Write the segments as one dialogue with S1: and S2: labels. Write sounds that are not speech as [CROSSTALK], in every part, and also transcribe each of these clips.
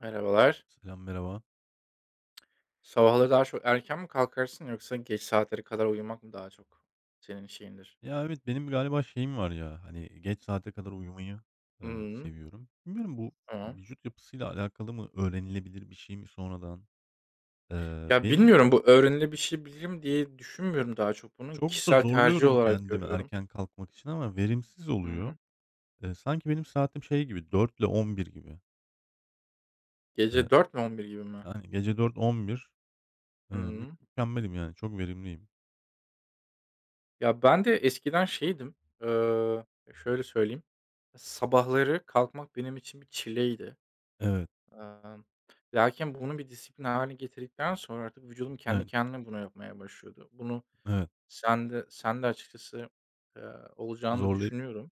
S1: Merhabalar.
S2: Selam, merhaba.
S1: Sabahları daha çok erken mi kalkarsın yoksa geç saatlere kadar uyumak mı daha çok senin şeyindir?
S2: Ya, evet, benim galiba şeyim var ya, hani, geç saate kadar uyumayı,
S1: Hımm.
S2: seviyorum. Bilmiyorum bu
S1: Tamam.
S2: vücut yapısıyla alakalı mı, öğrenilebilir bir şey mi sonradan? Eee,
S1: Ya,
S2: benim
S1: bilmiyorum, bu öğrenilebilir diye düşünmüyorum daha çok bunu.
S2: çok da
S1: Kişisel tercih
S2: zorluyorum
S1: olarak
S2: kendimi
S1: görüyorum.
S2: erken kalkmak için ama verimsiz
S1: Hı
S2: oluyor.
S1: hı.
S2: Sanki benim saatim şey gibi, dört ile on bir gibi. Eee,
S1: Gece 4 mü, 11 gibi mi?
S2: yani gece 04.00-11.00, mü
S1: Hımm.
S2: mükemmelim yani, çok verimliyim.
S1: Ya, ben de eskiden şeydim, eee, şöyle söyleyeyim, sabahları kalkmak benim için bir çileydi.
S2: Evet,
S1: Emm, lakin bunu bir disiplin haline getirdikten sonra artık vücudum kendi
S2: evet,
S1: kendine bunu yapmaya başlıyordu. Bunu
S2: evet.
S1: Sen de açıkçası, olacağını da
S2: Zorlayıp
S1: düşünüyorum.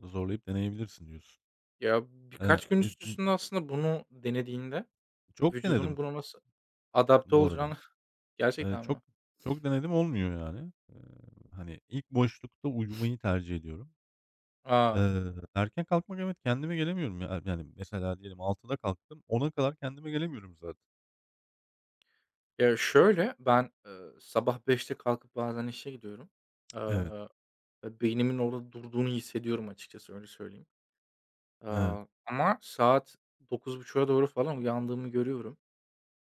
S2: zorlayıp deneyebilirsin diyorsun.
S1: Ya,
S2: Eee,
S1: birkaç gün
S2: e,
S1: üst
S2: e,
S1: üste aslında bunu denediğinde
S2: çok denedim
S1: vücudunun buna nasıl adapte
S2: bu arada.
S1: olacağını [LAUGHS]
S2: Eee,
S1: Gerçekten
S2: çok
S1: mi?
S2: çok denedim olmuyor yani. Hani, ilk boşlukta uyumayı tercih ediyorum.
S1: A!
S2: Erken kalkmak, evet, kendime gelemiyorum ya. Yani, mesela diyelim 6'da kalktım, 10'a kadar kendime gelemiyorum zaten.
S1: Ya, şöyle, ben, sabah beşte kalkıp bazen işe gidiyorum.
S2: Evet,
S1: Eee, ve beynimin orada durduğunu hissediyorum açıkçası, öyle söyleyeyim.
S2: evet.
S1: Ama saat 09:30'a doğru falan uyandığımı görüyorum.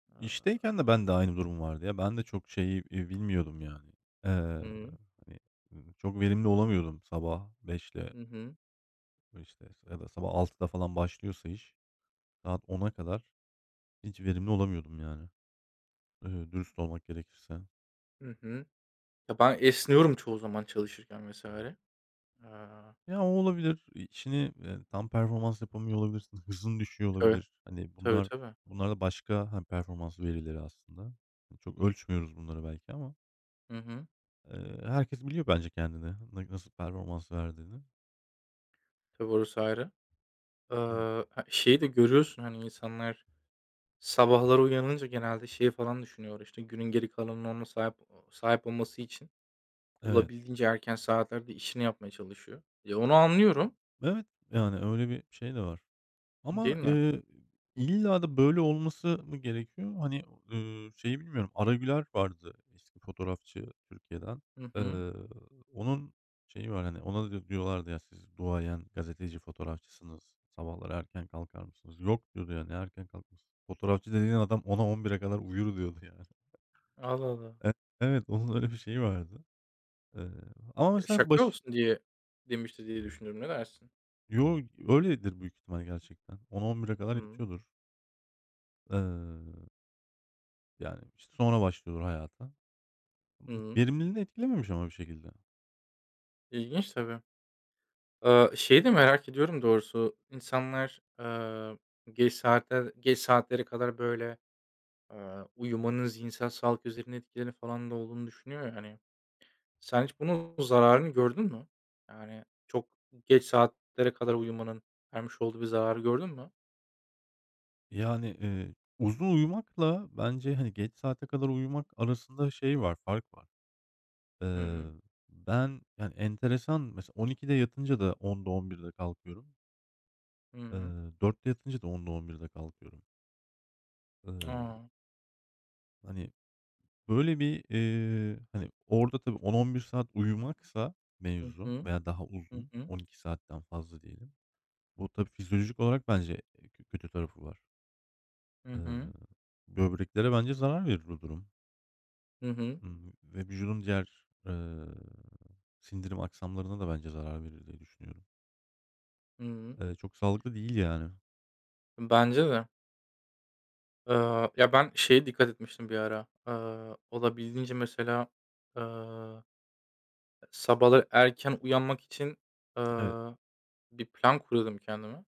S1: Eee
S2: İşteyken de ben de aynı durum vardı ya. Ben de çok şeyi, bilmiyordum yani. Eee,
S1: Hı hı.
S2: hani, çok verimli olamıyordum sabah beşle
S1: Hı hı.
S2: işte, ya da sabah altıda falan başlıyorsa iş, saat 10'a kadar hiç verimli olamıyordum yani, dürüst olmak gerekirse.
S1: Hı. Ya, ben esniyorum çoğu zaman çalışırken vs. Aaa,
S2: Ya, o olabilir. İşini, tam performans yapamıyor olabilirsin. Hızın düşüyor
S1: tabii.
S2: olabilir. Hani,
S1: Tabii,
S2: bunlar
S1: tabii.
S2: bunlar da başka, hani, performans verileri aslında. Hani çok ölçmüyoruz bunları belki ama,
S1: Hı hı.
S2: herkes biliyor bence kendini, nasıl performans verdiğini.
S1: Tabii, orası ayrı.
S2: Hımm,
S1: Ha, şeyi de görüyorsun, hani, insanlar sabahları uyanınca genelde şeyi falan düşünüyor, işte, günün geri kalanına ona sahip olması için
S2: evet.
S1: olabildiğince erken saatlerde işini yapmaya çalışıyor. Ya, onu anlıyorum,
S2: Evet, yani, öyle bir şey de var.
S1: değil
S2: Ama,
S1: mi?
S2: illa da böyle olması mı gerekiyor? Hani, şeyi bilmiyorum, Aragüler vardı eski fotoğrafçı Türkiye'den.
S1: Hı hı.
S2: Eee, onun şeyi var, hani, ona da diyorlardı, "Ya, siz duayen gazeteci fotoğrafçısınız, sabahları erken kalkar mısınız?" "Yok." diyordu ya, "Ne erken kalkması? Fotoğrafçı dediğin adam ona 11'e kadar uyur." diyordu [LAUGHS] yani.
S1: Allah Allah.
S2: E evet, onun öyle bir şeyi vardı. Eee, ama
S1: Ya,
S2: mesela
S1: şaka olsun diye demiştir diye düşünüyorum. Ne dersin?
S2: Yo, öyledir büyük ihtimal gerçekten. On bire kadar
S1: Hıı.
S2: yatıyordur. Eee Yani, işte, sonra başlıyor hayata.
S1: Hı hı.
S2: Verimliliğini etkilememiş ama bir şekilde.
S1: İlginç tabii. Şeyi de merak ediyorum doğrusu. İnsanlar, geç saatlere kadar, böyle, uyumanın zihinsel sağlık üzerine etkileri falan da olduğunu düşünüyor yani. Sen hiç bunun zararını gördün mü? Yani çok geç saatlere kadar uyumanın vermiş olduğu bir zararı gördün mü?
S2: Yani, uzun uyumakla bence, hani, geç saate kadar uyumak arasında şey var, fark var.
S1: Hı
S2: Eee,
S1: hı.
S2: ben, yani, enteresan mesela 12'de yatınca da 10'da 11'de kalkıyorum.
S1: Hı hı.
S2: Eee, 4'te yatınca da 10'da 11'de kalkıyorum. Eee,
S1: A!
S2: hani, böyle bir, hani, orada tabii 10-11 saat uyumaksa
S1: Hı
S2: mevzu
S1: hı.
S2: veya daha
S1: Hı
S2: uzun,
S1: hı.
S2: 12 saatten fazla diyelim. Bu tabii fizyolojik olarak bence, kö kötü tarafı var.
S1: Hı
S2: Eee,
S1: hı.
S2: böbreklere bence zarar verir o durum,
S1: Hı hı.
S2: ve vücudun diğer, sindirim aksamlarına da bence zarar verir diye düşünüyorum.
S1: Hı hı.
S2: Çok sağlıklı değil yani.
S1: Bence de. Ya, ben şeye dikkat etmiştim bir ara. Olabildiğince mesela, eee sabahları erken uyanmak için,
S2: Evet,
S1: aaa, bir plan kuruyordum kendime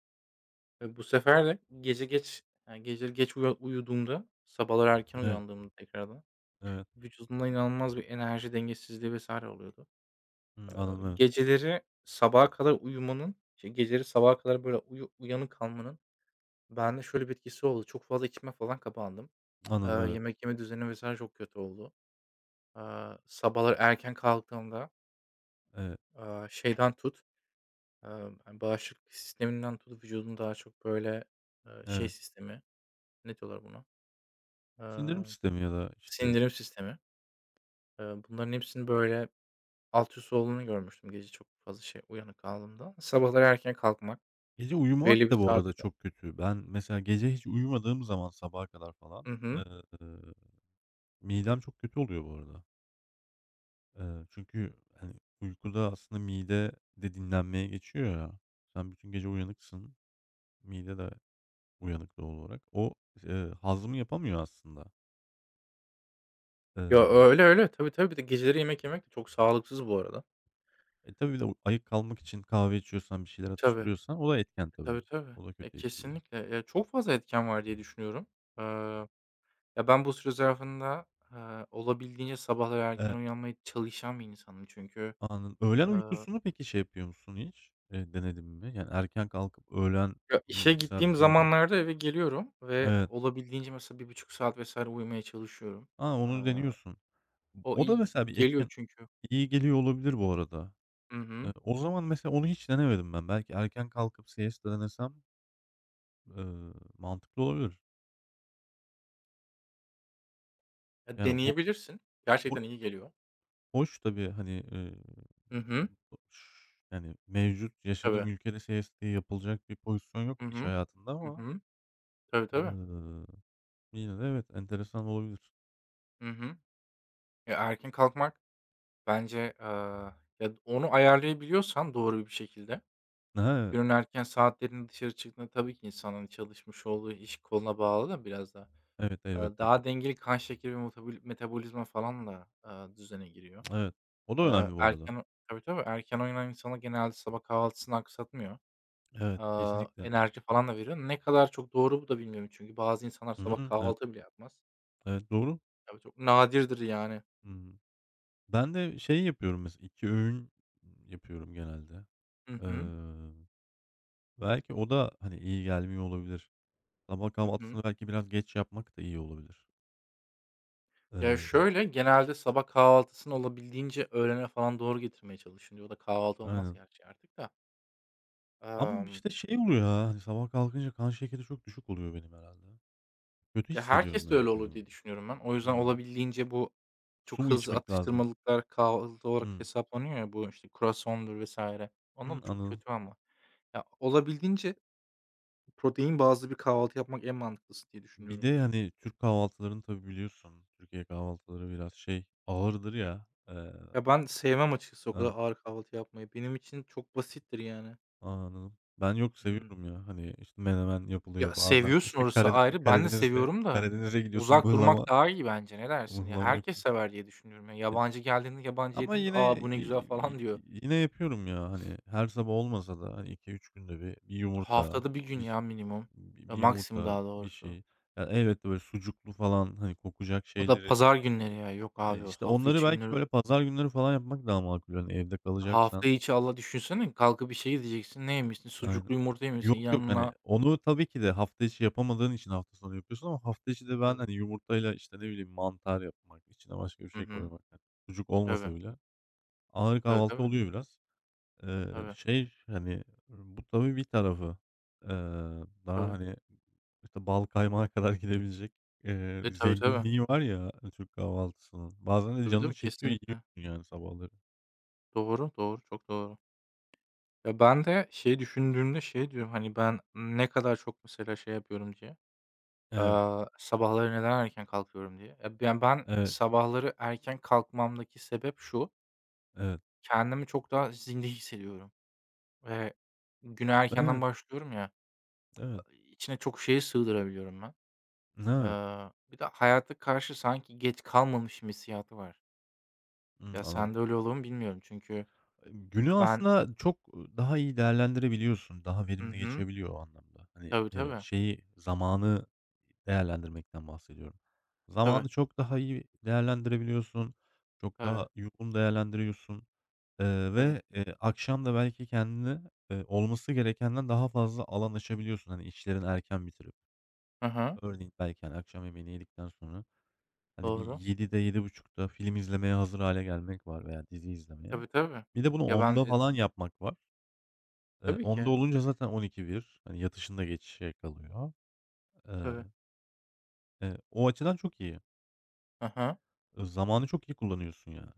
S1: ve bu sefer de gece geç, yani, geceleri geç uyuduğumda, sabahları erken
S2: evet,
S1: uyandığımda tekrardan
S2: evet.
S1: vücudumda inanılmaz bir enerji dengesizliği vesaire oluyordu.
S2: Hımm, anladım, evet.
S1: Geceleri sabaha kadar uyumanın, işte, geceleri sabaha kadar böyle uyanık kalmanın bende şöyle bir etkisi oldu. Çok fazla içime falan kapandım.
S2: Anladım, evet.
S1: Yemek yeme düzeni vesaire çok kötü oldu. Sabahları erken kalktığımda,
S2: Evet,
S1: şeyden tut, hani, bağışıklık sisteminden tut, vücudun daha çok, böyle, şey
S2: evet.
S1: sistemi, ne diyorlar buna?
S2: Sindirim
S1: Eee,
S2: sistemi ya da, işte,
S1: sindirim sistemi. Bunların hepsinin, böyle, alt üst olduğunu görmüştüm gece çok fazla şey uyanık kaldığımda. Sabahları erken kalkmak,
S2: gece
S1: belli
S2: uyumak
S1: bir
S2: da bu arada
S1: saatte.
S2: çok kötü. Ben mesela gece hiç uyumadığım zaman sabaha kadar falan,
S1: Hı hı.
S2: midem çok kötü oluyor bu arada. Çünkü, hani, uykuda aslında mide de dinlenmeye geçiyor ya. Sen bütün gece uyanıksın. Mide de uyanık doğal olarak. O, hazmı yapamıyor aslında.
S1: Ya,
S2: Eee,
S1: öyle, öyle. Tabii, tabii. Bir de geceleri yemek yemek de çok sağlıksız bu arada.
S2: tabii bir de o ayık kalmak için kahve içiyorsan, bir şeyler
S1: Tabii.
S2: atıştırıyorsan o da etken tabii.
S1: Tabii, tabii.
S2: O da
S1: E,
S2: kötü etkiliyor.
S1: kesinlikle. Ya, çok fazla etken var diye düşünüyorum. Eee, ya, ben bu süre zarfında, olabildiğince sabahları erken
S2: Eee,
S1: uyanmaya çalışan bir insanım çünkü.
S2: anladım. Öğlen
S1: Eee,
S2: uykusunu peki şey yapıyor musun hiç? Denedin mi? Yani erken kalkıp öğlen
S1: ya,
S2: bir
S1: işe
S2: iki saat
S1: gittiğim
S2: uyumak.
S1: zamanlarda eve geliyorum ve
S2: Evet.
S1: olabildiğince mesela 1,5 saat vesaire uyumaya çalışıyorum.
S2: Aa, onu
S1: Aaa,
S2: deniyorsun.
S1: o
S2: O da
S1: iyi
S2: mesela bir
S1: geliyor
S2: etken.
S1: çünkü.
S2: İyi geliyor olabilir bu arada.
S1: Hı
S2: Eee,
S1: hı.
S2: o zaman mesela onu hiç denemedim ben. Belki erken kalkıp siesta denesem, mantıklı olabilir.
S1: Ya,
S2: Yani ho
S1: deneyebilirsin.
S2: ho
S1: Gerçekten iyi geliyor.
S2: hoş tabii, hani,
S1: Hı hı.
S2: yani, mevcut yaşadığım
S1: Tabii.
S2: ülkede siesta diye yapılacak bir pozisyon yok
S1: Hı
S2: iş
S1: hı.
S2: hayatında
S1: Hı
S2: ama,
S1: hı. Tabii, tabii.
S2: eee, yine de evet, enteresan olabilir.
S1: Hı hı. Ya, erken kalkmak bence, ya, onu ayarlayabiliyorsan doğru bir şekilde,
S2: Ha, evet.
S1: günün erken saatlerinde dışarı çıktığında, tabii ki insanın çalışmış olduğu iş koluna bağlı da biraz da.
S2: Evet, elbette ki.
S1: Daha dengeli kan şekeri ve metabolizma falan da, düzene giriyor.
S2: Evet. O da önemli bu arada.
S1: Erken Tabii, tabii. Erken oynayan insanlar genelde sabah kahvaltısını aksatmıyor.
S2: Evet, kesinlikle.
S1: Enerji falan da veriyor. Ne kadar çok doğru bu da bilmiyorum çünkü bazı insanlar
S2: Hı
S1: sabah
S2: hı. Evet,
S1: kahvaltı bile yapmaz.
S2: evet, doğru.
S1: Tabii, çok nadirdir yani.
S2: Hımm. Ben de şey yapıyorum mesela, 2 öğün yapıyorum genelde.
S1: Hı hı.
S2: Belki o da, hani, iyi gelmiyor olabilir. Sabah
S1: Hı hı.
S2: kahvaltısını belki biraz geç yapmak da iyi olabilir.
S1: Ya,
S2: Eee,
S1: şöyle, genelde sabah kahvaltısını olabildiğince öğlene falan doğru getirmeye çalışın diyor. O da kahvaltı olmaz
S2: aynen.
S1: gerçi artık da.
S2: Ama
S1: Emm
S2: işte şey oluyor ya, hani, sabah kalkınca kan şekeri çok düşük oluyor benim herhalde. Kötü
S1: Ya,
S2: hissediyorum
S1: herkes de
S2: yani
S1: öyle olur
S2: kendimi.
S1: diye düşünüyorum ben. O yüzden
S2: Hımm.
S1: olabildiğince bu
S2: Su
S1: çok
S2: mu
S1: hızlı
S2: içmek lazım?
S1: atıştırmalıklar kahvaltı olarak
S2: Hımm.
S1: hesaplanıyor ya, bu, işte, kurasondur vesaire.
S2: Hımm,
S1: Onlar da çok
S2: anladım.
S1: kötü ama. Ya, olabildiğince protein bazlı bir kahvaltı yapmak en mantıklısı diye
S2: Bir
S1: düşünüyorum.
S2: de, hani, Türk kahvaltılarını tabii biliyorsun. Türkiye kahvaltıları biraz şey, ağırdır ya.
S1: Ya, ben sevmem açıkçası o
S2: A
S1: kadar ağır kahvaltı yapmayı. Benim için çok basittir yani.
S2: anladım. Ben yok
S1: Hımm.
S2: seviyorum ya. Hani, işte, menemen
S1: Ya,
S2: yapılıyor bazen.
S1: seviyorsun,
S2: İşte,
S1: orası
S2: Karade
S1: ayrı. Ben de
S2: Karadeniz'e
S1: seviyorum da
S2: Karadeniz'e gidiyorsun, [LAUGHS]
S1: uzak
S2: mıhlama.
S1: durmak daha iyi bence. Ne dersin? Ya,
S2: Mıhlama
S1: herkes
S2: yapıyorsun.
S1: sever diye düşünüyorum. Ya,
S2: E,
S1: yabancı geldiğinde, yabancı
S2: ama
S1: yediğinde, "Aa,
S2: yine,
S1: bu ne güzel." falan diyor.
S2: yine yapıyorum ya, hani, her sabah olmasa da, hani, 2-3 günde bir, bir yumurta,
S1: Haftada bir gün
S2: bir ş
S1: ya, minimum.
S2: bi
S1: Ya,
S2: bir
S1: maksimum
S2: yumurta,
S1: daha
S2: bir
S1: doğrusu.
S2: şey. Ya, elbette böyle sucuklu falan, hani, kokacak
S1: O da
S2: şeyleri,
S1: pazar günleri ya. Yok abi, o
S2: işte,
S1: hafta
S2: onları
S1: içi
S2: belki
S1: günleri
S2: böyle pazar günleri falan yapmak daha makul, hani, evde
S1: hafta
S2: kalacaksan.
S1: içi Allah düşünsene, kalkıp bir şey gideceksin. Ne yemişsin?
S2: Aynen.
S1: Sucuklu yumurta yemişsin.
S2: Yok, yok, hani,
S1: Yanına
S2: onu tabii ki de hafta içi yapamadığın için hafta sonu yapıyorsun ama hafta içi
S1: Hı,
S2: de ben,
S1: tabii.
S2: hani, yumurtayla, işte, ne bileyim, mantar yapmak, içine başka bir
S1: Hı
S2: şey
S1: hı.
S2: koymak, hani, sucuk
S1: Tabii.
S2: olmasa bile ağır
S1: Tabii,
S2: kahvaltı
S1: tabii.
S2: oluyor biraz. Eee,
S1: Tabii,
S2: şey, hani, bu tabii bir tarafı. Eee, daha,
S1: tabii.
S2: hani, işte, bal kaymağa kadar [LAUGHS] gidebilecek,
S1: E, tabii, tabii.
S2: zenginliği var ya hani, Türk kahvaltısının. Bazen de
S1: Tabii,
S2: canın
S1: tabii.
S2: çekiyor,
S1: Kesinlikle.
S2: yiyorsun yani sabahları.
S1: Doğru, doğru. Çok doğru. Ya, ben de şey düşündüğümde şey diyorum, hani, ben ne kadar çok mesela şey yapıyorum diye,
S2: Evet,
S1: sabahları neden erken kalkıyorum diye. Ya, ben
S2: evet,
S1: sabahları erken kalkmamdaki sebep şu.
S2: evet.
S1: Kendimi çok daha zinde hissediyorum ve güne erkenden
S2: Evet,
S1: başlıyorum ya,
S2: evet.
S1: içine çok şeyi sığdırabiliyorum ben.
S2: Evet.
S1: Bir de hayata karşı sanki geç kalmamışım hissiyatı var.
S2: Hımm,
S1: Ya,
S2: anladım.
S1: sende öyle olur mu bilmiyorum çünkü
S2: Günü
S1: ben.
S2: aslında çok, daha iyi değerlendirebiliyorsun. Daha
S1: Hı
S2: verimli
S1: hı.
S2: geçebiliyor o anlamda. Hani,
S1: Tabii, tabii.
S2: şeyi, zamanı değerlendirmekten bahsediyorum.
S1: Tabii,
S2: Zamanı çok daha iyi değerlendirebiliyorsun. Çok
S1: tabii,
S2: daha yoğun değerlendiriyorsun,
S1: tabii.
S2: ve, akşam da belki kendini olması gerekenden daha fazla alan açabiliyorsun. Hani, işlerin erken bitirip.
S1: Hı hı.
S2: Örneğin belki, hani, akşam yemeğini yedikten sonra hani, bir
S1: Doğru.
S2: 7'de 7 buçukta film izlemeye hazır hale gelmek var veya dizi
S1: E,
S2: izlemeye.
S1: tabii, tabii.
S2: Bir de bunu
S1: Ya, ben,
S2: onda falan yapmak var.
S1: Tabii
S2: 10'da
S1: ki.
S2: olunca zaten 12, 1. Hani, yatışında da geçe kalıyor. Eee,
S1: Tabii.
S2: o açıdan çok iyi.
S1: Hı hı.
S2: Zamanı çok iyi kullanıyorsun yani.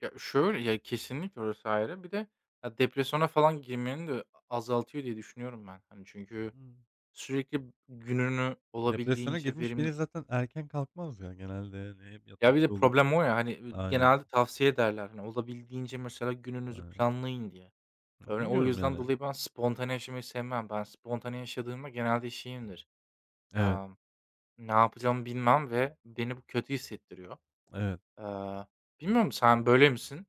S1: Ya, şöyle, ya, kesinlikle orası ayrı. Bir de, ya, depresyona falan girmenin de azaltıyor diye düşünüyorum ben. Hani, çünkü
S2: Imm,
S1: sürekli gününü
S2: depresyona
S1: olabildiğince
S2: girmiş
S1: verimli.
S2: biri zaten erken kalkmaz ya genelde, hani, hep
S1: Ya, bir
S2: yatakta
S1: de
S2: olur.
S1: problem o ya, hani, ü
S2: Aynen,
S1: genelde tavsiye ederler, hani, olabildiğince mesela gününüzü
S2: aynen.
S1: planlayın diye. Örneğin o
S2: Bilmiyorum
S1: yüzden
S2: yani.
S1: dolayı ben spontane yaşamayı sevmem. Ben spontane yaşadığımda genelde şeyimdir,
S2: Evet,
S1: amm, ne yapacağımı bilmem ve beni bu kötü hissettiriyor.
S2: evet.
S1: Eee, bilmiyorum, sen böyle misin?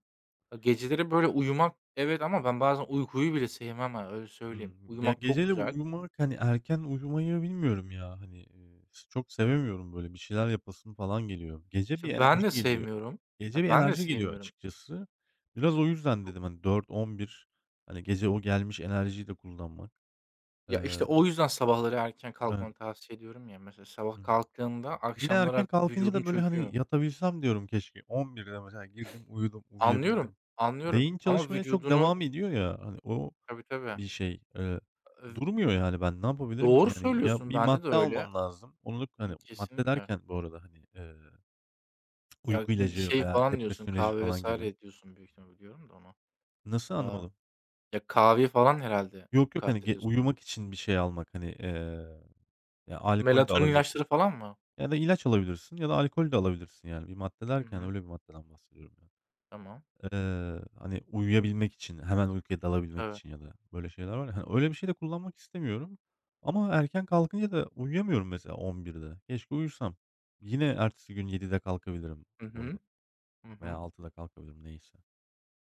S1: A, geceleri böyle uyumak evet, ama ben bazen uykuyu bile sevmem ha, öyle söyleyeyim.
S2: Ya,
S1: Uyumak çok
S2: geceleri
S1: güzel.
S2: uyumak, hani, erken uyumayı bilmiyorum ya, hani, ş çok sevemiyorum, böyle, bir şeyler yapasım falan geliyor. Gece bir
S1: İşte,
S2: enerji
S1: ben de
S2: geliyor.
S1: sevmiyorum.
S2: Gece
S1: Ya,
S2: bir
S1: ben de
S2: enerji geliyor
S1: sevmiyorum.
S2: açıkçası. Biraz o yüzden dedim, hani, 4-11, hani, gece o gelmiş enerjiyi de kullanmak.
S1: Ya,
S2: Eee,
S1: işte, o yüzden sabahları erken
S2: ön
S1: kalkmanı tavsiye ediyorum ya. Mesela sabah
S2: Hımm.
S1: kalktığında
S2: Yine
S1: akşamlar
S2: erken
S1: artık
S2: kalkınca
S1: vücudun
S2: da, böyle,
S1: çöküyor.
S2: hani, yatabilsem diyorum keşke. 11'de mesela girdim, uyudum,
S1: Anlıyorum,
S2: uyuyabildim.
S1: anlıyorum
S2: Beyin
S1: ama
S2: çalışmaya çok
S1: vücudunu
S2: devam ediyor ya, hani, o.
S1: Tabii, tabii.
S2: Bir şey,
S1: Eee,
S2: durmuyor yani. Ben ne yapabilirim ki?
S1: doğru
S2: Yani ya
S1: söylüyorsun,
S2: bir
S1: bende de
S2: madde
S1: öyle.
S2: almam lazım. Onu da hani madde
S1: Kesinlikle.
S2: derken bu arada hani,
S1: Ya,
S2: uyku
S1: ı
S2: ilacı
S1: şey
S2: veya
S1: falan diyorsun,
S2: depresyon ilacı
S1: kahve
S2: falan gibi.
S1: vs. diyorsun büyük ihtimal, biliyorum da onu.
S2: Nasıl?
S1: Aaa,
S2: Anlamadım.
S1: ya, kahveyi falan herhâlde
S2: Yok, yok, hani
S1: kastediyorsun orada.
S2: uyumak için bir şey almak, hani, ya alkol de
S1: Melatonin ilaçları
S2: alabilirsin
S1: falan mı?
S2: ya da ilaç alabilirsin ya da alkol de alabilirsin yani. Bir madde
S1: Hı
S2: derken
S1: hı.
S2: öyle bir maddeden bahsediyorum.
S1: Tamam.
S2: Hani, uyuyabilmek için, hemen uykuya dalabilmek
S1: Tabii.
S2: için ya da böyle şeyler var ya, hani, öyle bir şey de kullanmak istemiyorum ama erken kalkınca da uyuyamıyorum mesela 23.00'de. Keşke uyusam. Yine ertesi gün 7.00'de kalkabilirim
S1: Hı
S2: bu arada
S1: hı. Hı
S2: veya
S1: hı.
S2: 6.00'da kalkabilirim neyse.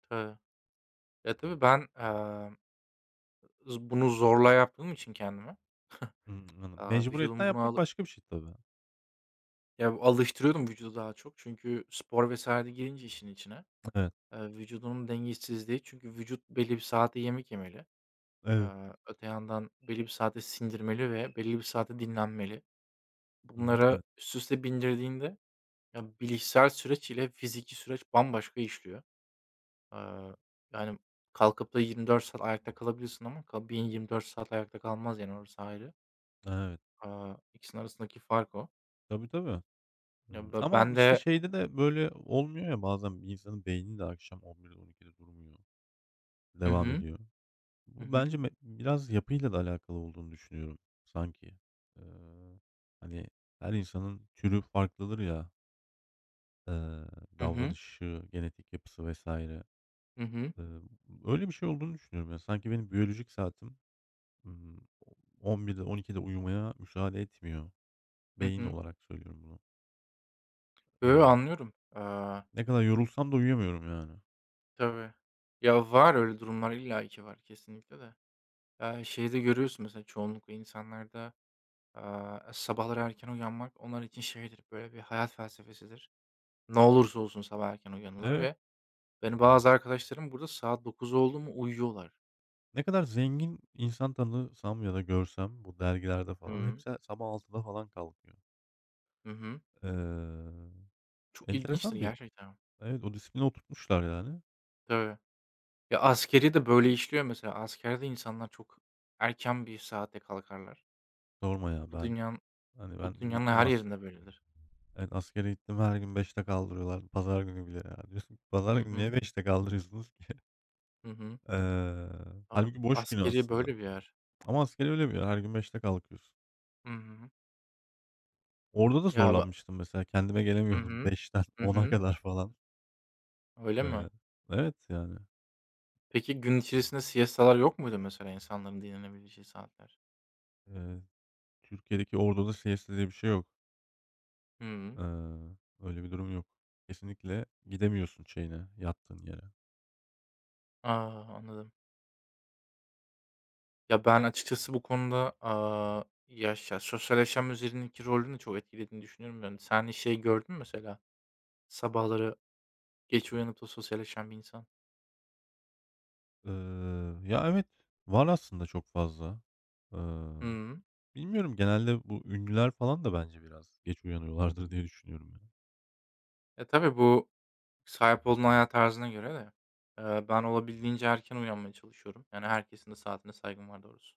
S1: Tabii. Ya, tabii ben, z bunu zorla yaptığım için kendime
S2: Imm,
S1: Aaa,
S2: mecburiyetten
S1: vücudumu buna
S2: yapmak
S1: alı
S2: başka bir şey tabii.
S1: ya, alıştırıyordum vücudu daha çok. Çünkü spor vs. de girince işin içine,
S2: Evet,
S1: vücudunun dengesizliği çünkü vücut belli bir saatte yemek yemeli.
S2: evet.
S1: Öte yandan belli bir saate sindirmeli ve belli bir saate dinlenmeli.
S2: Hı hı,
S1: Bunlara
S2: evet.
S1: üst üste bindirdiğinde ya, bilişsel süreç ile fiziki süreç bambaşka işliyor. Eee, yani kalkıp da 24 saat ayakta kalabilirsin ama beyin 24 saat ayakta kalmaz, yani orası ayrı.
S2: Evet.
S1: İkisinin arasındaki fark o.
S2: Tabii, tabii.
S1: Ya,
S2: Hımm,
S1: be
S2: ama,
S1: ben de
S2: işte, şeyde de böyle olmuyor ya bazen bir insanın beyni de akşam 23.00'de 00.00'de durmuyor,
S1: Hı
S2: devam
S1: hı.
S2: ediyor.
S1: Hı
S2: Bu
S1: hı.
S2: bence biraz yapıyla da alakalı olduğunu düşünüyorum sanki. Eee, hani, her insanın türü farklıdır ya, eee,
S1: Hı hı.
S2: davranışı, genetik yapısı vesaire.
S1: Hı hı.
S2: Eee, öyle bir şey olduğunu düşünüyorum ya. Sanki benim biyolojik saatim, o 11'de 12'de uyumaya müsaade etmiyor.
S1: Hı
S2: Beyin
S1: hı.
S2: olarak söylüyorum bunu.
S1: Yo,
S2: Eee,
S1: anlıyorum.
S2: ne kadar yorulsam da uyuyamıyorum yani.
S1: Tabii. Ya, var öyle durumlar, illa illaki var kesinlikle de. Şeyi de görüyorsun mesela çoğunlukla insanlarda, sabahları erken uyanmak onlar için şeydir, böyle bir hayat felsefesidir. Ne olursa olsun sabah erken uyanırlar
S2: Evet,
S1: ve benim bazı arkadaşlarım burada saat 9 oldu mu uyuyorlar.
S2: ne kadar zengin insan tanısam ya da görsem bu dergilerde falan
S1: Hıı.
S2: hepsi sabah 6'da falan kalkıyor.
S1: Hı hı. Hı.
S2: Eee
S1: Çok ilginçtir
S2: Enteresan bir.
S1: gerçekten.
S2: Evet, o disipline oturtmuşlar yani.
S1: Tabii. Ya, askeri de böyle işliyor mesela. Askerde insanlar çok erken bir saatte kalkarlar.
S2: Sorma ya
S1: Bu
S2: ben
S1: dünyanın
S2: hani
S1: Bu
S2: ben
S1: dünyanın
S2: gittim
S1: her
S2: as
S1: yerinde böyledir.
S2: evet, askere gittim her gün beşte kaldırıyorlar pazar günü bile ya. [LAUGHS] Diyorsun ki pazar
S1: Hı
S2: günü niye
S1: hı.
S2: 5'te kaldırıyorsunuz ki? [LAUGHS]
S1: Hı hı.
S2: Eee,
S1: A,
S2: hâlbuki boş günü
S1: askeri
S2: aslında
S1: böyle bir yer.
S2: ama askeri öyle bir yer her gün 5'te kalkıyorsun.
S1: Hı hı.
S2: Orada da
S1: Ya, ba
S2: zorlanmıştım mesela kendime
S1: Hı
S2: gelemiyordum [LAUGHS]
S1: hı.
S2: beşten
S1: Hı
S2: ona
S1: hı.
S2: kadar falan.
S1: Öyle
S2: Eee,
S1: mi?
S2: evet yani,
S1: Peki gün içerisinde siestalar yok muydu, mesela insanların dinlenebileceği saatler?
S2: eee, Türkiye'deki orduda siesta diye bir şey yok.
S1: Hıı.
S2: Eee, öyle bir durum yok. Kesinlikle gidemiyorsun şeyine, yattığın yere.
S1: A, anladım. Ya, ben açıkçası bu konuda, aaa, yaşa sosyal yaşam üzerindeki rolünü çok etkilediğini düşünüyorum. Yani, sen hiç şey gördün mü mesela? Sabahları geç uyanıp da sosyalleşen bir insan.
S2: Eee, ya, evet, var aslında çok fazla. Eee,
S1: Hı
S2: bilmiyorum genelde bu ünlüler falan da bence biraz geç uyanıyorlardır diye düşünüyorum
S1: E, tabii bu Sahip olduğun hayat tarzına göre de, ben olabildiğince erken uyanmaya çalışıyorum. Yani herkesin de saatine saygım var doğrusu.